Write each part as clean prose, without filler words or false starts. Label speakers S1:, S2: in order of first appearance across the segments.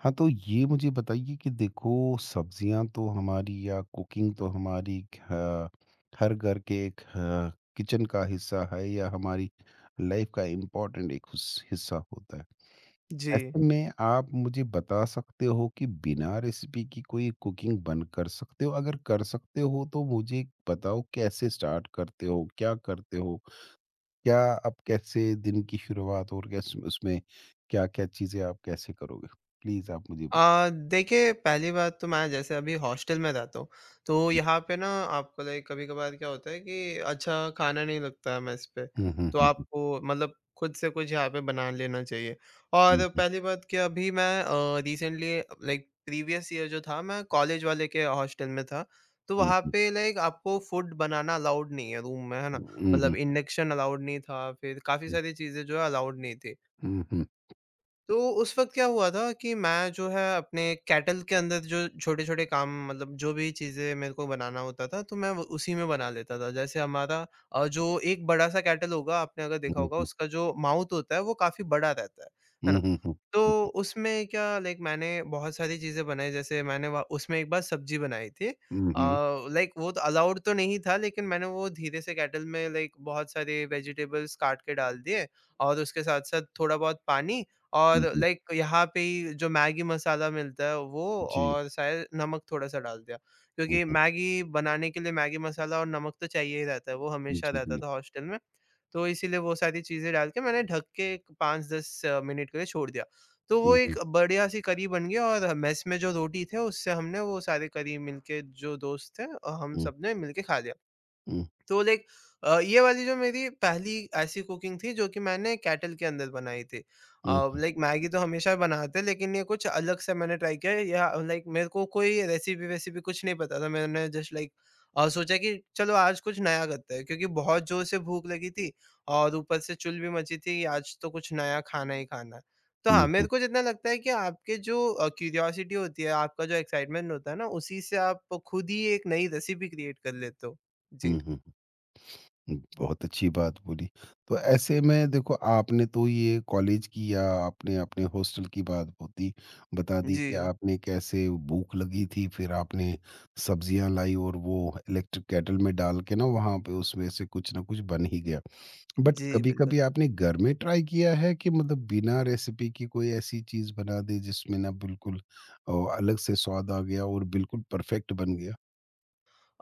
S1: हाँ, तो ये मुझे बताइए कि देखो सब्जियां तो हमारी या कुकिंग तो हमारी हर घर के एक किचन का हिस्सा है या हमारी लाइफ का इम्पोर्टेंट एक हिस्सा होता है।
S2: जी।
S1: ऐसे में आप मुझे बता सकते हो कि बिना रेसिपी की कोई कुकिंग बन कर सकते हो? अगर कर सकते हो तो मुझे बताओ, कैसे स्टार्ट करते हो, क्या करते हो, क्या आप, कैसे दिन की शुरुआत, और कैसे उसमें क्या क्या चीज़ें आप कैसे करोगे? प्लीज़ आप मुझे।
S2: देखिए, पहली बात तो मैं जैसे अभी हॉस्टल में रहता हूँ, तो यहाँ पे ना आपको लाइक कभी-कभार क्या होता है कि अच्छा खाना नहीं लगता है मेस पे,
S1: Mhm,
S2: तो
S1: mhm,
S2: आपको मतलब खुद से कुछ यहाँ पे बना लेना चाहिए। और
S1: mhm,
S2: पहली बात कि अभी मैं रिसेंटली लाइक प्रीवियस ईयर जो था, मैं कॉलेज वाले के हॉस्टल में था, तो वहाँ
S1: mhm,
S2: पे लाइक आपको फूड बनाना अलाउड नहीं है रूम में, है ना? मतलब
S1: mhm,
S2: इंडक्शन अलाउड नहीं था, फिर काफ़ी
S1: हुँ,
S2: सारी चीज़ें जो है अलाउड नहीं थी।
S1: mhm,
S2: तो उस वक़्त क्या हुआ था कि मैं जो है अपने केटल के अंदर जो छोटे-छोटे काम, मतलब जो भी चीज़ें मेरे को बनाना होता था, तो मैं वो उसी में बना लेता था। जैसे हमारा जो एक बड़ा-सा केटल होगा, आपने अगर देखा होगा,
S1: mhm,
S2: उसका जो माउथ होता है वो काफ़ी बड़ा रहता है ना?
S1: mhm, हुँ,
S2: तो उसमें क्या लाइक मैंने बहुत सारी चीज़ें बनाई, जैसे मैंने वहाँ उसमें एक बार सब्ज़ी बनाई थी।
S1: mhm,
S2: लाइक वो तो अलाउड तो नहीं था, लेकिन मैंने वो धीरे से केटल में लाइक बहुत सारे वेजिटेबल्स काट के डाल दिए, और उसके साथ-साथ थोड़ा बहुत पानी, और
S1: mhm,
S2: लाइक यहाँ पे ही जो मैगी मसाला मिलता है वो,
S1: जी,
S2: और शायद नमक थोड़ा-सा डाल दिया। क्योंकि
S1: mhm,
S2: मैगी बनाने के लिए मैगी मसाला और नमक तो चाहिए ही रहता है, वो
S1: जी,
S2: हमेशा रहता
S1: जी,
S2: था हॉस्टल में। तो इसीलिए वो सारी चीज़ें डाल के मैंने ढक के एक 5-10 मिनट के लिए छोड़ दिया। तो वो
S1: mhm, हुँ,
S2: एक बढ़िया-सी करी बन गई, और मेस में जो रोटी थे उससे हमने वो सारे करी मिलके, जो दोस्त थे हम
S1: हुँ,
S2: सबने मिलके खा लिया।
S1: हुँ,
S2: तो लाइक ये वाली जो मेरी पहली ऐसी कुकिंग थी जो कि मैंने केटल के अंदर बनाई थी।
S1: हुँ,
S2: लाइक मैगी तो हमेशा बनाते हैं, लेकिन ये कुछ अलग से मैंने ट्राई किया, या लाइक मेरे को कोई रेसिपी-वेसिपी कुछ नहीं पता था। मैंने जस्ट लाइक सोचा कि चलो आज कुछ नया करते हैं, क्योंकि बहुत ज़ोर से भूख लगी थी और ऊपर से चुल भी मची थी, कि आज तो कुछ नया खाना ही खाना है। तो
S1: हुँ,
S2: हाँ, मेरे को जितना लगता है कि आपके जो क्यूरियोसिटी होती है, आपका जो एक्साइटमेंट होता है ना, उसी से आप खुद ही एक नई रेसिपी क्रिएट कर लेते हो।
S1: हुँ,
S2: जी।
S1: हुँ, हुँ। बहुत अच्छी बात बोली। तो ऐसे में देखो आपने तो ये कॉलेज की या आपने अपने हॉस्टल की बात होती बता दी कि
S2: जी,
S1: आपने कैसे भूख लगी थी, फिर आपने सब्जियाँ लाई और वो इलेक्ट्रिक केटल में डाल के ना वहाँ पे उसमें से कुछ ना कुछ बन ही गया। बट
S2: जी, बिल्कुल।
S1: कभी-कभी आपने घर में ट्राई किया है कि मतलब बिना रेसिपी की कोई ऐसी चीज़ बना दी जिसमें ना बिल्कुल अ, अलग से स्वाद आ गया और बिल्कुल परफेक्ट बन गया?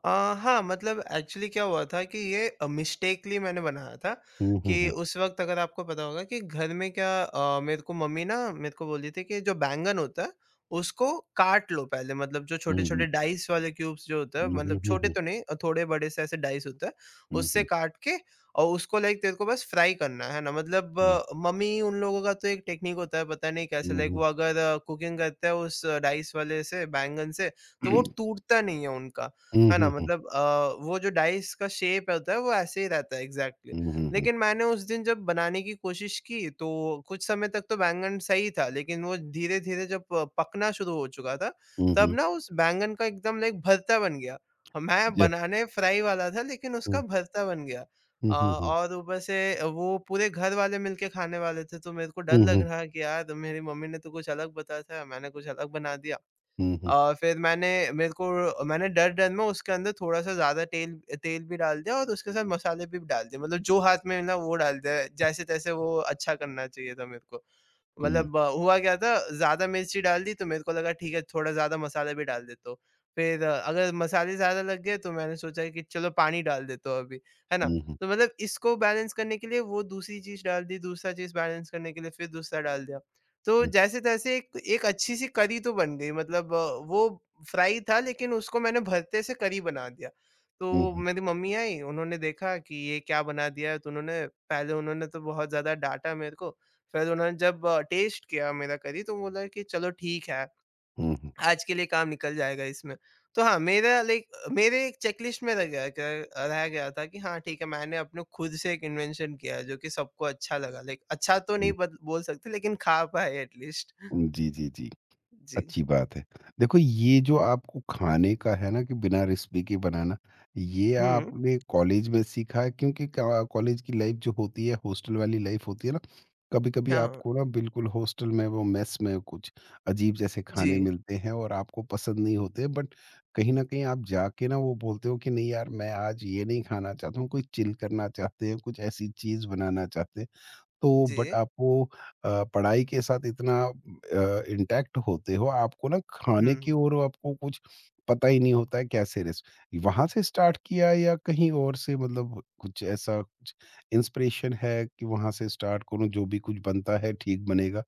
S2: अ, हाँ, मतलब एक्चुअली क्या हुआ था कि ये मिस्टेकली मैंने बनाया था
S1: हुँ, हुँ,
S2: कि
S1: हुँ।
S2: उस वक़्त, अगर आपको पता होगा कि घर में क्या, मेरे को मम्मी ना मेरे को बोली थी कि जो बैंगन होता है, उसको काट लो पहले, मतलब जो
S1: हुँ,
S2: छोटे-छोटे
S1: हुँ।
S2: डाइस वाले क्यूब्स जो होता है,
S1: हुँ, हुँ,
S2: मतलब
S1: हुँ,
S2: छोटे
S1: हुँ।
S2: तो नहीं, थोड़े बड़े से ऐसे डाइस होता है,
S1: हुँ,
S2: उससे
S1: हुँ,
S2: काट के, और उसको लाइक तेरे को बस फ्राई करना है ना? मतलब मम्मी उन लोगों का तो एक टेक्नीक होता है, पता नहीं
S1: हुँ,
S2: कैसे
S1: हुँ,
S2: लाइक वो
S1: हुँ।
S2: अगर कुकिंग करते हैं उस डाइस वाले से बैंगन से, तो वो टूटता नहीं है उनका।
S1: हुँ,
S2: है ना?
S1: हुँ, हुँ।
S2: मतलब वो जो डाइस का शेप होता है वो ऐसे ही रहता है एग्ज़ैक्टली।
S1: हुँ, हुँ, हुँ।
S2: लेकिन मैंने उस दिन जब बनाने की कोशिश की, तो कुछ समय तक तो बैंगन सही था, लेकिन वो धीरे-धीरे जब पकना शुरू हो चुका था,
S1: हुँ,
S2: तब
S1: हुँ।
S2: ना उस बैंगन का एकदम लाइक भरता बन गया। मैं
S1: ज
S2: बनाने फ्राई वाला था, लेकिन उसका
S1: हुँ,
S2: भरता बन गया।
S1: हुँ, हुँ, हुँ।
S2: और ऊपर से वो पूरे घर वाले मिलके खाने वाले थे, तो मेरे को डर
S1: हुँ,
S2: लग
S1: हुँ।
S2: रहा कि यार, मेरी मम्मी ने तो कुछ अलग बताया था, मैंने कुछ अलग बना दिया।
S1: हुँ, हुँ।
S2: फिर मैंने मेरे को मैंने डर-डर में उसके अंदर थोड़ा-सा ज़्यादा तेल तेल भी डाल दिया, और उसके साथ मसाले भी डाल दिए। मतलब जो हाथ में मिला वो डाल दिया, जैसे-तैसे वो अच्छा करना चाहिए था मेरे को।
S1: हुँ,
S2: मतलब हुआ क्या था, ज़्यादा मिर्ची डाल दी तो मेरे को लगा ठीक है, थोड़ा ज़्यादा मसाला भी डाल देता हूँ। फिर अगर मसाले ज़्यादा लग गए तो मैंने सोचा कि चलो पानी डाल देता हूँ अभी, है ना?
S1: हुँ, हुँ।
S2: तो मतलब इसको बैलेंस करने के लिए वो दूसरी चीज़ डाल दी, दूसरा चीज़ बैलेंस करने के लिए फिर दूसरा डाल दिया। तो जैसे-तैसे एक एक अच्छी सी करी तो बन गई, मतलब वो फ्राई था, लेकिन उसको मैंने भरते से करी बना दिया। तो
S1: हुँ, हुँ,
S2: मेरी मम्मी आई, उन्होंने देखा कि ये क्या बना दिया है, तो उन्होंने पहले उन्होंने तो बहुत ज़्यादा डाँटा मेरे को। फिर तो उन्होंने जब टेस्ट किया मेरा करी, तो बोला कि चलो ठीक है,
S1: हुँ, हुँ,
S2: आज के लिए काम निकल जाएगा इसमें। तो हाँ, मेरा लाइक मेरे एक चेकलिस्ट में रह गया था कि हाँ ठीक है, मैंने अपने खुद से एक इन्वेंशन किया है जो कि सबको अच्छा लगा। लाइक अच्छा तो
S1: हुँ।
S2: नहीं बत बोल सकते, लेकिन खा पाए एट लीस्ट।
S1: हुँ, जी, जी, जी।
S2: जी।
S1: अच्छी बात है। देखो ये जो आपको खाने का है ना कि बिना रेसिपी के बनाना, ये
S2: हुँ,
S1: आपने कॉलेज में सीखा है क्योंकि क्या कॉलेज की लाइफ़ जो होती है, हॉस्टल वाली लाइफ़ होती है ना, कभी-कभी
S2: हाँ, हाँ।
S1: आपको ना बिल्कुल हॉस्टल में वो मेस में कुछ अजीब जैसे खाने
S2: जी,
S1: मिलते हैं और आपको पसंद नहीं होते, बट कहीं न कहीं आप जाके ना वो बोलते हो कि नहीं यार मैं आज ये नहीं खाना चाहता हूँ, कुछ चिल करना चाहते हैं, कुछ ऐसी चीज़ बनाना चाहते हैं। तो बट
S2: जी।
S1: आप वो पढ़ाई के साथ इतना इंटैक्ट होते हो, आपको ना खाने की
S2: हुँ,
S1: ओर आपको कुछ पता ही नहीं होता है कैसे रेस वहाँ से स्टार्ट किया या कहीं और से, मतलब कुछ ऐसा कुछ इंस्पिरेशन है कि वहाँ से स्टार्ट करूँ, जो भी कुछ बनता है ठीक बनेगा?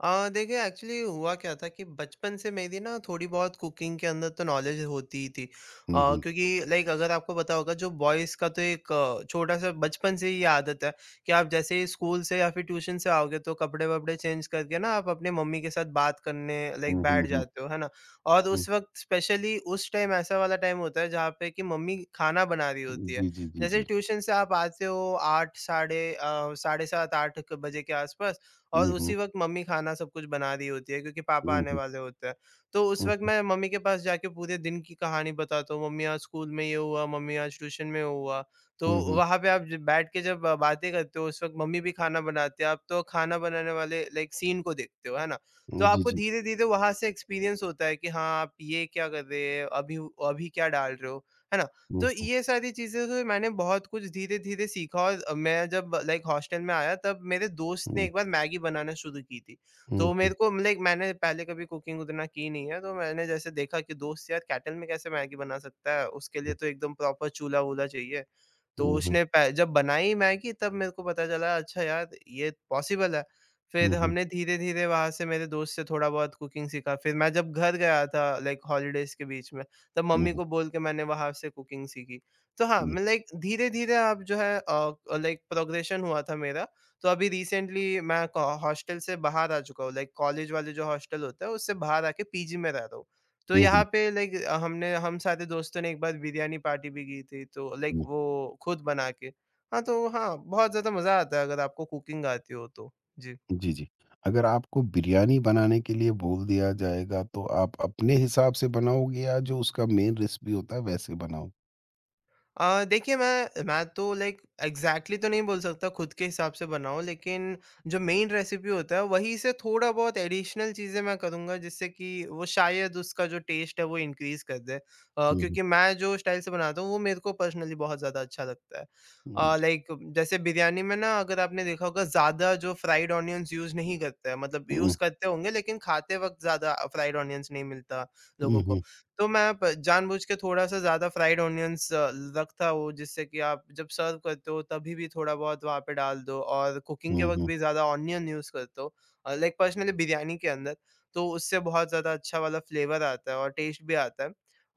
S2: देखिए एक्चुअली हुआ क्या था कि बचपन से मेरी ना थोड़ी बहुत कुकिंग के अंदर तो नॉलेज होती ही थी।
S1: हुँ, हुँ।
S2: क्योंकि लाइक अगर आपको पता होगा, जो बॉयज़ का तो एक छोटा-सा बचपन से ही ये आदत है कि आप जैसे ही स्कूल से या फिर ट्यूशन से आओगे, तो कपड़े-वपड़े चेंज करके ना आप अपने मम्मी के साथ बात करने लाइक
S1: हुँ, हुँ,
S2: बैठ
S1: हुँ,
S2: जाते हो, है ना? और
S1: हुँ।
S2: उस वक़्त स्पेशली उस टाइम ऐसा वाला टाइम होता है जहाँ पे कि मम्मी खाना बना रही होती है।
S1: जी, जी, जी,
S2: जैसे
S1: जी।
S2: ट्यूशन से आप आते हो 8 साढ़े साढ़े 7 8 क बजे के आसपास, और
S1: हुँ, हुँ,
S2: उसी वक़्त मम्मी खाना सब कुछ बना रही होती है, क्योंकि पापा
S1: हुँ,
S2: आने
S1: हुँ,
S2: वाले होते हैं। तो उस
S1: हुँ,
S2: वक़्त मैं मम्मी के पास जाके पूरे दिन की कहानी बताता हूँ, मम्मी आज स्कूल में ये हुआ, मम्मी आज ट्यूशन में हुआ। तो
S1: हुँ, हुँ,
S2: वहाँ पे आप ज बैठ के जब बातें करते हो, उस वक़्त मम्मी भी खाना बनाती है, आप तो खाना बनाने वाले लाइक सीन को देखते हो, है ना? तो
S1: हुँ, जी,
S2: आपको
S1: जी।
S2: धीरे-धीरे वहाँ से एक्सपीरियंस होता है कि हाँ, आप ये क्या कर रहे हैं, अभी अभी क्या डाल रहे हो, है ना? तो
S1: हुँ,
S2: ये सारी चीज़ें से मैंने बहुत कुछ धीरे-धीरे सीखा, और मैं जब लाइक हॉस्टल में आया, तब मेरे दोस्त ने
S1: हुँ,
S2: एक बार मैगी बनाना शुरू की थी।
S1: हुँ,
S2: तो
S1: हुँ,
S2: मेरे को लाइक मैंने पहले कभी कुकिंग उतना की नहीं है, तो मैंने जैसे देखा कि दोस्त यार केटल में कैसे मैगी बना सकता है, उसके
S1: हुँ,
S2: लिए तो एकदम प्रॉपर चूल्हा-वूल्हा चाहिए। तो
S1: हुँ, हुँ,
S2: उसने पह जब बनाई मैगी, तब मेरे को पता चला, अच्छा यार ये पॉसिबल है। फिर
S1: हुँ, हुँ,
S2: हमने धीरे-धीरे वहाँ से मेरे दोस्त से थोड़ा बहुत कुकिंग सीखा। फिर मैं जब घर गया था लाइक हॉलिडेज़ के बीच में, तब
S1: हुँ,
S2: मम्मी
S1: हुँ,
S2: को बोल के मैंने वहाँ से कुकिंग सीखी। तो हाँ, मैं लाइक धीरे-धीरे अब जो है लाइक प्रोग्रेशन हुआ था मेरा। तो अभी रिसेंटली मैं क हॉस्टल से बाहर आ चुका हूँ, लाइक कॉलेज वाले जो हॉस्टल होता है उससे बाहर आके पीजी में रह रहा हूँ। तो
S1: हुँ, हुँ,
S2: यहाँ पे लाइक हमने हम सारे दोस्तों ने एक बार बिरयानी पार्टी भी की थी, तो लाइक
S1: हुँ।
S2: वो खुद बना के। हाँ, तो हाँ, बहुत ज़्यादा मज़ा आता है अगर आपको कुकिंग आती हो तो। जी।
S1: जी, जी। अगर आपको बिरयानी बनाने के लिए बोल दिया जाएगा, तो आप अपने हिसाब से बनाओगे या जो उसका मेन रेसिपी होता है वैसे बनाओ?
S2: देखिए मैं तो लाइक एग्जैक्टली तो नहीं बोल सकता खुद के हिसाब से बनाऊँ, लेकिन जो मेन रेसिपी होता है वहीं से थोड़ा बहुत एडिशनल चीज़ें मैं करूँगा, जिससे कि वो शायद उसका जो टेस्ट है वो इंक्रीज़ कर दे,
S1: हुँ, हुँ।
S2: क्योंकि मैं जो स्टाइल से बनाता हूँ वो मेरे को पर्सनली बहुत ज़्यादा अच्छा लगता है।
S1: हुँ,
S2: लाइक जैसे बिरयानी में ना, अगर आपने देखा होगा, ज़्यादा जो फ्राइड ऑनियंस यूज़ नहीं करते हैं, मतलब
S1: हुँ,
S2: यूज़ करते होंगे, लेकिन खाते वक्त ज़्यादा फ्राइड ऑनियंस नहीं मिलता
S1: हुँ,
S2: लोगों को।
S1: हुँ,
S2: तो मैं प जानबूझ के थोड़ा-सा ज़्यादा फ्राइड ऑनियंस रखता हूँ, जिससे कि आप जब सर्व करते हो तभी भी थोड़ा बहुत वहाँ पे डाल दो, और कुकिंग के
S1: हुँ,
S2: वक़्त
S1: हुँ,
S2: भी ज़्यादा ऑनियन यूज़ करते हो लाइक पर्सनली बिरयानी के अंदर, तो उससे बहुत ज़्यादा अच्छा वाला फ्लेवर आता है और टेस्ट भी आता है।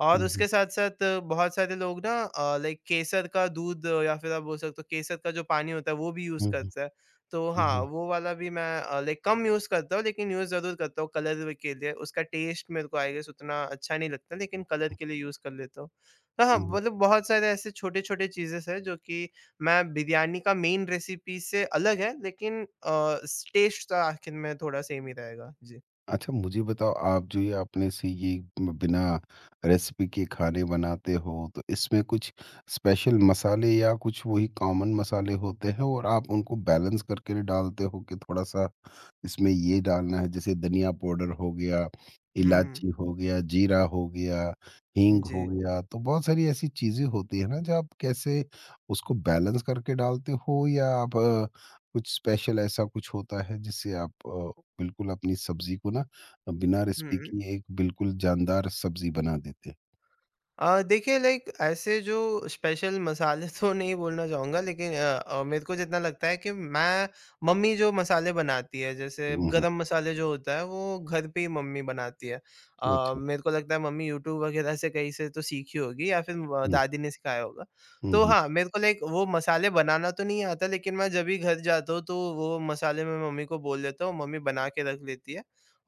S2: और
S1: हुँ, हुँ,
S2: उसके साथ-साथ बहुत सारे लोग ना लाइक केसर का दूध, या फिर आप बोल सकते हो केसर का जो पानी होता है वो भी यूज़
S1: हुँ,
S2: करते हैं। तो हाँ,
S1: हुँ,
S2: वो वाला भी मैं लाइक कम यूज़ करता हूँ, लेकिन यूज़ ज़रूर करता हूँ कलर व के लिए। उसका टेस्ट मेरे को आई गेस उतना अच्छा नहीं लगता, लेकिन कलर के लिए यूज़ कर लेता हूँ। तो हाँ,
S1: हुँ, हुँ।
S2: मतलब बहुत सारे ऐसे छोटे-छोटे चीज़ेज़ हैं जो कि मैं बिरयानी का मेन रेसिपी से अलग है, लेकिन स टेस्ट तो आखिर में थोड़ा सेम ही रहेगा। जी।
S1: अच्छा मुझे बताओ, आप जो ये आपने से ये म बिना रेसिपी के खाने बनाते हो, तो इसमें कुछ स्पेशल मसाले या कुछ वही कॉमन मसाले होते हैं और आप उनको बैलेंस करके डालते हो कि थोड़ा-सा इसमें ये डालना है, जैसे धनिया पाउडर हो गया,
S2: हुँ,
S1: इलायची हो गया, जीरा हो गया, हींग हो
S2: जी।
S1: गया, तो बहुत सारी ऐसी चीज़ें होती है ना, जो आप कैसे उसको बैलेंस करके डालते हो, या आप कुछ स्पेशल ऐसा कुछ होता है जिससे आप बिल्कुल अपनी सब्ज़ी को ना बिना रेसिपी
S2: हुँ।
S1: की एक बिल्कुल जानदार सब्ज़ी बना देते हैं?
S2: देखिए लाइक ऐसे जो स्पेशल मसाले तो नहीं बोलना चाहूँगा, लेकिन मेरे को जितना लगता है कि मैं मम्मी जो मसाले बनाती है, जैसे
S1: हुँ, हुँ।
S2: गरम मसाले जो होता है वो घर पे ही मम्मी बनाती है।
S1: अच्छा।
S2: मेरे को लगता है मम्मी यूट्यूब वगैरह से कहीं से तो सीखी होगी या फिर
S1: हुँ,
S2: दादी ने सिखाया होगा।
S1: हुँ,
S2: तो
S1: हुँ,
S2: हाँ, मेरे को लाइक वो मसाले बनाना तो नहीं आता लेकिन मैं जब भी घर जाता हूँ तो वो मसाले मैं मम्मी को बोल देता हूँ, मम्मी बना के रख लेती है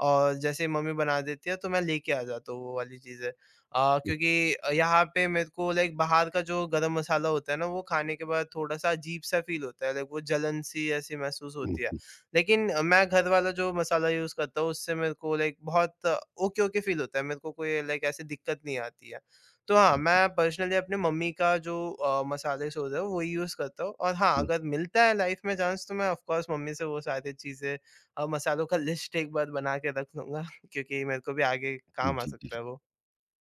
S2: और जैसे ही मम्मी बना देती है तो मैं लेके आ जाता हूँ वो वाली चीज़ें।
S1: हुँ,
S2: क्योंकि यहाँ पे मेरे को लाइक बाहर का जो गरम मसाला होता है ना वो खाने के बाद थोड़ा-सा अजीब-सा फ़ील होता है, लाइक वो जलन सी ऐसी महसूस
S1: हुँ,
S2: होती है।
S1: हुँ,
S2: लेकिन मैं घर वाला जो मसाला यूज़ करता हूँ उससे मेरे को लाइक बहुत ओके-ओके फ़ील होता है, मेरे को कोई लाइक ऐसी दिक्कत नहीं आती है। तो हाँ, मैं पर्सनली अपनी मम्मी का जो मसाले सोर्स है वही यूज़ करता हूँ और हाँ,
S1: हुँ,
S2: अगर मिलता है लाइफ़ में चांस तो मैं ऑफ कोर्स मम्मी से वो सारी चीज़ें मसालों का लिस्ट एक बार बना के रख लूँगा क्योंकि मेरे को भी आगे
S1: हुँ,
S2: काम आ
S1: जी, जी।
S2: सकता है वो।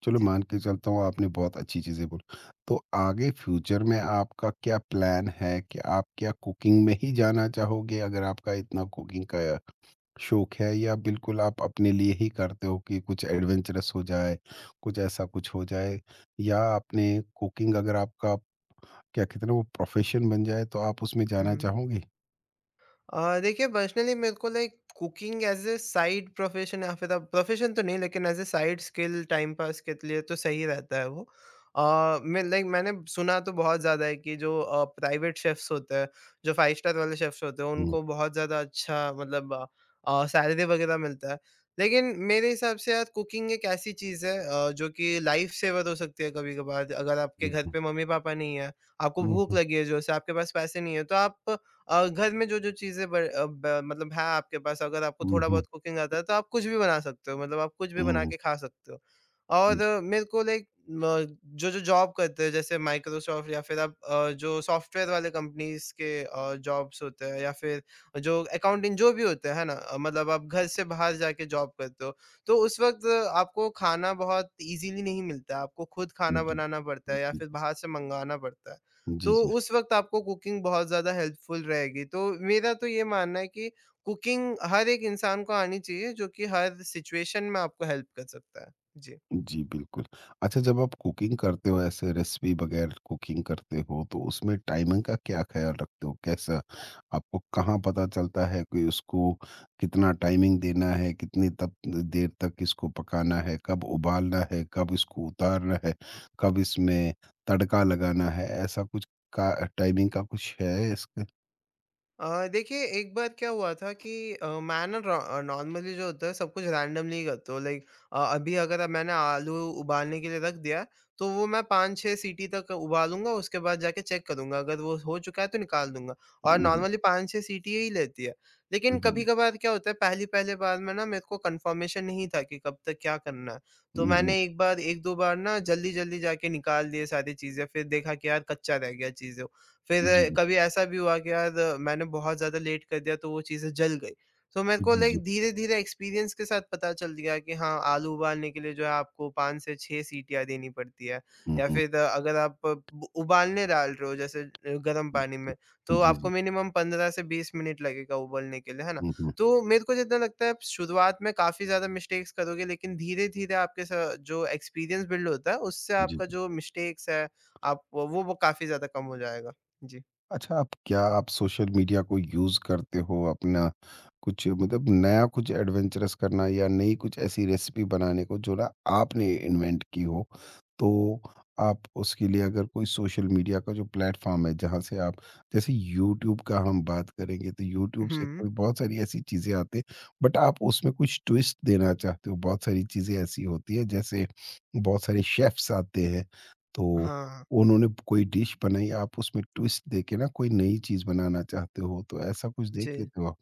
S1: चलो
S2: जी।
S1: मान के चलता हूँ, आपने बहुत अच्छी चीज़ें बोली। तो आगे फ्यूचर में आपका क्या प्लान है कि आप क्या कुकिंग में ही जाना चाहोगे, अगर आपका इतना कुकिंग का शौक है, या बिल्कुल आप अपने लिए ही करते हो कि कुछ एडवेंचरस हो जाए, कुछ ऐसा कुछ हो जाए, या आपने कुकिंग अगर आपका क्या कहते हैं ना वो प्रोफ़ेशन बन जाए तो आप उसमें जाना
S2: हुँ।
S1: चाहोगे?
S2: देखिए पर्सनली मेरे को like cooking as a side profession या फिर अब प्रोफ़ेशन तो नहीं लेकिन as a side skill time pass के लिए तो सही रहता है वो। मैं लाइक मैंने सुना तो बहुत ज़्यादा है कि जो प्राइवेट शेफ़्स होते हैं, जो 5 स्टार वाले शेफ़्स होते हैं
S1: हुँ,
S2: उनको बहुत ज़्यादा अच्छा मतलब सैलरी वग़ैरह मिलता है। लेकिन मेरे हिसाब से यार कुकिंग एक ऐसी चीज़ है जो कि लाइफ़ सेवर हो सकती है कभी-कभार अगर आपके
S1: हुँ,
S2: घर
S1: हुँ,
S2: पे मम्मी-पापा नहीं है, आपको
S1: हुँ,
S2: भूख
S1: हुँ,
S2: लगी है ज़ोर से, आपके पास पैसे नहीं है तो आप घर में जो-जो चीज़ें ब अ, ब मतलब है आपके पास अगर आपको
S1: हुँ,
S2: थोड़ा
S1: हुँ,
S2: बहुत कुकिंग आता है तो आप कुछ भी बना सकते हो, मतलब आप कुछ भी बना
S1: हुँ,
S2: के खा सकते हो।
S1: हुँ,
S2: और
S1: जी,
S2: मेरे को लाइक म जो-जो जॉब करते हैं जैसे माइक्रोसॉफ्ट या फिर आप जो सॉफ्टवेयर वाले कंपनीज़ के जॉब्स होते हैं या फिर जो अकाउंटिंग जो भी होते हैं, है ना? मतलब आप घर से बाहर जाके जॉब करते हो, तो उस वक़्त आपको खाना बहुत ईज़िली नहीं मिलता है, आपको खुद
S1: जी,
S2: खाना
S1: जी,
S2: बनाना पड़ता है या
S1: जी, जी।
S2: फिर बाहर से मँगाना पड़ता है।
S1: जी,
S2: तो
S1: जी।
S2: उस वक़्त आपको कुकिंग बहुत ज़्यादा हेल्पफुल रहेगी। तो मेरा तो ये मानना है कि कुकिंग हर एक इंसान को आनी चाहिए जो कि हर सिचुएशन में आपको हेल्प कर सकता है। जी।
S1: जी, बिल्कुल। अच्छा, जब आप कुकिंग करते हो ऐसे रेसिपी बगैर कुकिंग करते हो, तो उसमें टाइमिंग का क्या ख़्याल रखते हो? कैसा, आपको कहाँ पता चलता है कि उसको कितना टाइमिंग देना है, कितनी तब देर तक इसको पकाना है, कब उबालना है, कब इसको उतारना है, कब इसमें तड़का लगाना है? ऐसा कुछ का टाइमिंग का कुछ है इसका?
S2: देखिए एक बार क्या हुआ था कि मैं ना नॉर्मली जो होता है सब कुछ रैंडमली करता हूँ लाइक अभी अगर अब मैंने आलू उबालने के लिए रख दिया तो वो मैं पाँच छः सीटी तक उबालूंगा उसके बाद जाके चेक करूंगा अगर वो हो चुका है तो निकाल दूंगा और
S1: हुँ, हुँ।
S2: नॉर्मली पाँच छः सीटी ही लेती है लेकिन कभी
S1: जी,
S2: कभार क्या होता है पहली पहले बार में ना मेरे को कंफर्मेशन नहीं था कि कब तक क्या करना है तो
S1: हुँ, हुँ।
S2: मैंने एक दो बार ना जल्दी जल्दी जाके निकाल दिए सारी चीज़ें फिर देखा कि यार कच्चा रह गया चीज़ें फिर
S1: जी, जी,
S2: कभी ऐसा भी हुआ कि यार मैंने बहुत ज़्यादा लेट कर दिया तो वो चीज़ें जल गई। तो मेरे को
S1: जी,
S2: लाइक
S1: जी।
S2: धीरे-धीरे एक्सपीरियंस के साथ पता चल गया कि हाँ, आलू उबालने के लिए जो है आपको 5 से 6 सीटियाँ देनी पड़ती है
S1: हुँ,
S2: या
S1: हुँ,
S2: फिर अगर आप अ, ब उबालने डाल रहे हो जैसे गर्म
S1: हुँ।
S2: पानी में, तो
S1: जी, जी।
S2: आपको मिनिमम 15 से 20 मिनट लगेगा उबलने के लिए, है ना?
S1: हुँ, हुँ।
S2: तो मेरे को जितना लगता है आप शुरुआत में काफ़ी ज़्यादा मिस्टेक्स करोगे लेकिन धीरे-धीरे आपके स जो एक्सपीरियंस बिल्ड होता है उससे
S1: जी।
S2: आपका जो मिस्टेक्स है, आप वो काफ़ी ज़्यादा कम हो जाएगा। जी।
S1: अच्छा, आप क्या आप सोशल मीडिया को यूज़ करते हो अपना कुछ, मतलब नया कुछ एडवेंचरस करना या नई कुछ ऐसी रेसिपी बनाने को जो ना आपने इन्वेंट की हो, तो आप उसके लिए अगर कोई सोशल मीडिया का जो प्लेटफ़ॉर्म है जहाँ से आप, जैसे यूट्यूब का हम बात करेंगे तो यूट्यूब से
S2: हुँ।
S1: कोई बहुत सारी ऐसी चीज़ें आती हैं, बट आप उसमें कुछ ट्विस्ट देना चाहते हो, बहुत सारी चीज़ें ऐसी होती हैं जैसे बहुत सारे शेफ़्स आते हैं, तो
S2: हाँ,
S1: उन्होंने कोई डिश बनाई, आप उसमें ट्विस्ट देके ना कोई नई चीज़ बनाना चाहते हो, तो ऐसा कुछ
S2: जी।
S1: देख लेते हो आप?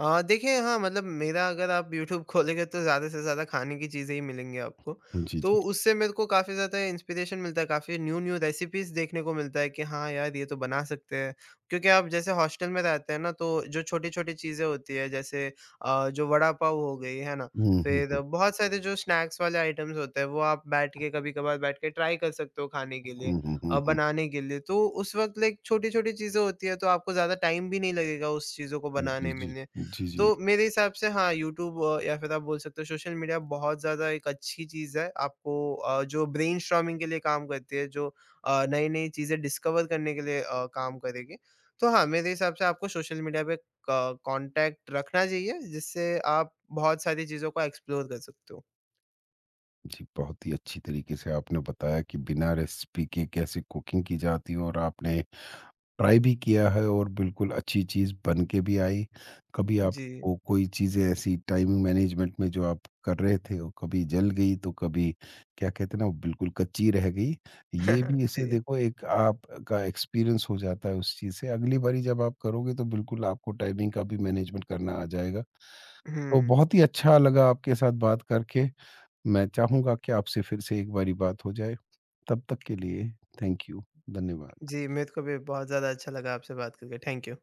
S2: देखिए हाँ, मतलब मेरा अगर आप यूट्यूब खोलेंगे तो ज़्यादा से ज़्यादा खाने की चीज़ें ही मिलेंगी आपको।
S1: जी,
S2: तो
S1: जी।
S2: उससे मेरे को काफ़ी ज़्यादा इंस्पिरेशन मिलता है, काफ़ी न्यू-न्यू रेसिपीज़ देखने को मिलता है कि हाँ यार, ये तो बना सकते हैं। क्योंकि आप जैसे हॉस्टल में रहते हैं ना, तो जो छोटी-छोटी चीज़ें होती हैं जैसे जो वड़ा पाव हो गई, है ना?
S1: हुँ, हुँ,
S2: फिर
S1: हुँ।
S2: बहुत सारे जो स्नैक्स वाले आइटम्स होते हैं, वो आप बैठ के ट्राई कर सकते हो खाने के लिए
S1: हुँ, हुँ, हुँ, हुँ।
S2: बनाने के लिए। तो उस वक़्त लाइक छोटी-छोटी चीज़ें होती हैं, तो आपको ज़्यादा टाइम भी नहीं लगेगा उस चीज़ों को
S1: जी,
S2: बनाने में
S1: जी।
S2: लिए।
S1: जी, जी।
S2: तो मेरे हिसाब से हाँ, यूट्यूब या फिर आप बोल सकते हो सोशल मीडिया बहुत ज़्यादा एक अच्छी चीज़ है। आपको जो ब्रेनस्टॉर्मिंग के लिए काम करती है, जो नई-नई चीज़ें डिस्कवर करने के लिए काम करेगी। तो हाँ, मेरे हिसाब से आपको सोशल मीडिया पे क कॉन्टैक्ट रखना चाहिए, जिससे आप बहुत सारी चीज़ों को एक्सप्लोर कर सकते हो।
S1: जी, बहुत ही अच्छी तरीके से आपने बताया कि बिना रेसिपी के कैसे कुकिंग की जाती है और आपने ट्राई भी किया है और बिल्कुल अच्छी चीज़ बन के भी आई। कभी
S2: जी।
S1: आपको कोई चीज़ें ऐसी टाइमिंग मैनेजमेंट में जो आप कर रहे थे, वो कभी जल गई तो कभी क्या कहते हैं ना, वो बिल्कुल कच्ची रह गई। ये भी इससे
S2: जी।
S1: देखो एक आपका एक्सपीरियंस हो जाता है उस चीज़ से। अगली बारी जब आप करोगे तो बिल्कुल आपको टाइमिंग का भी मैनेजमेंट करना आ जाएगा। तो
S2: हुँ।
S1: बहुत ही अच्छा लगा आपके साथ बात करके। मैं चाहूँगा कि आपसे फिर से एक बारी बात हो जाए। तब तक के लिए थैंक यू। धन्यवाद।
S2: जी, मेरे को भी बहुत ज़्यादा अच्छा लगा आपसे बात करके। Thank you.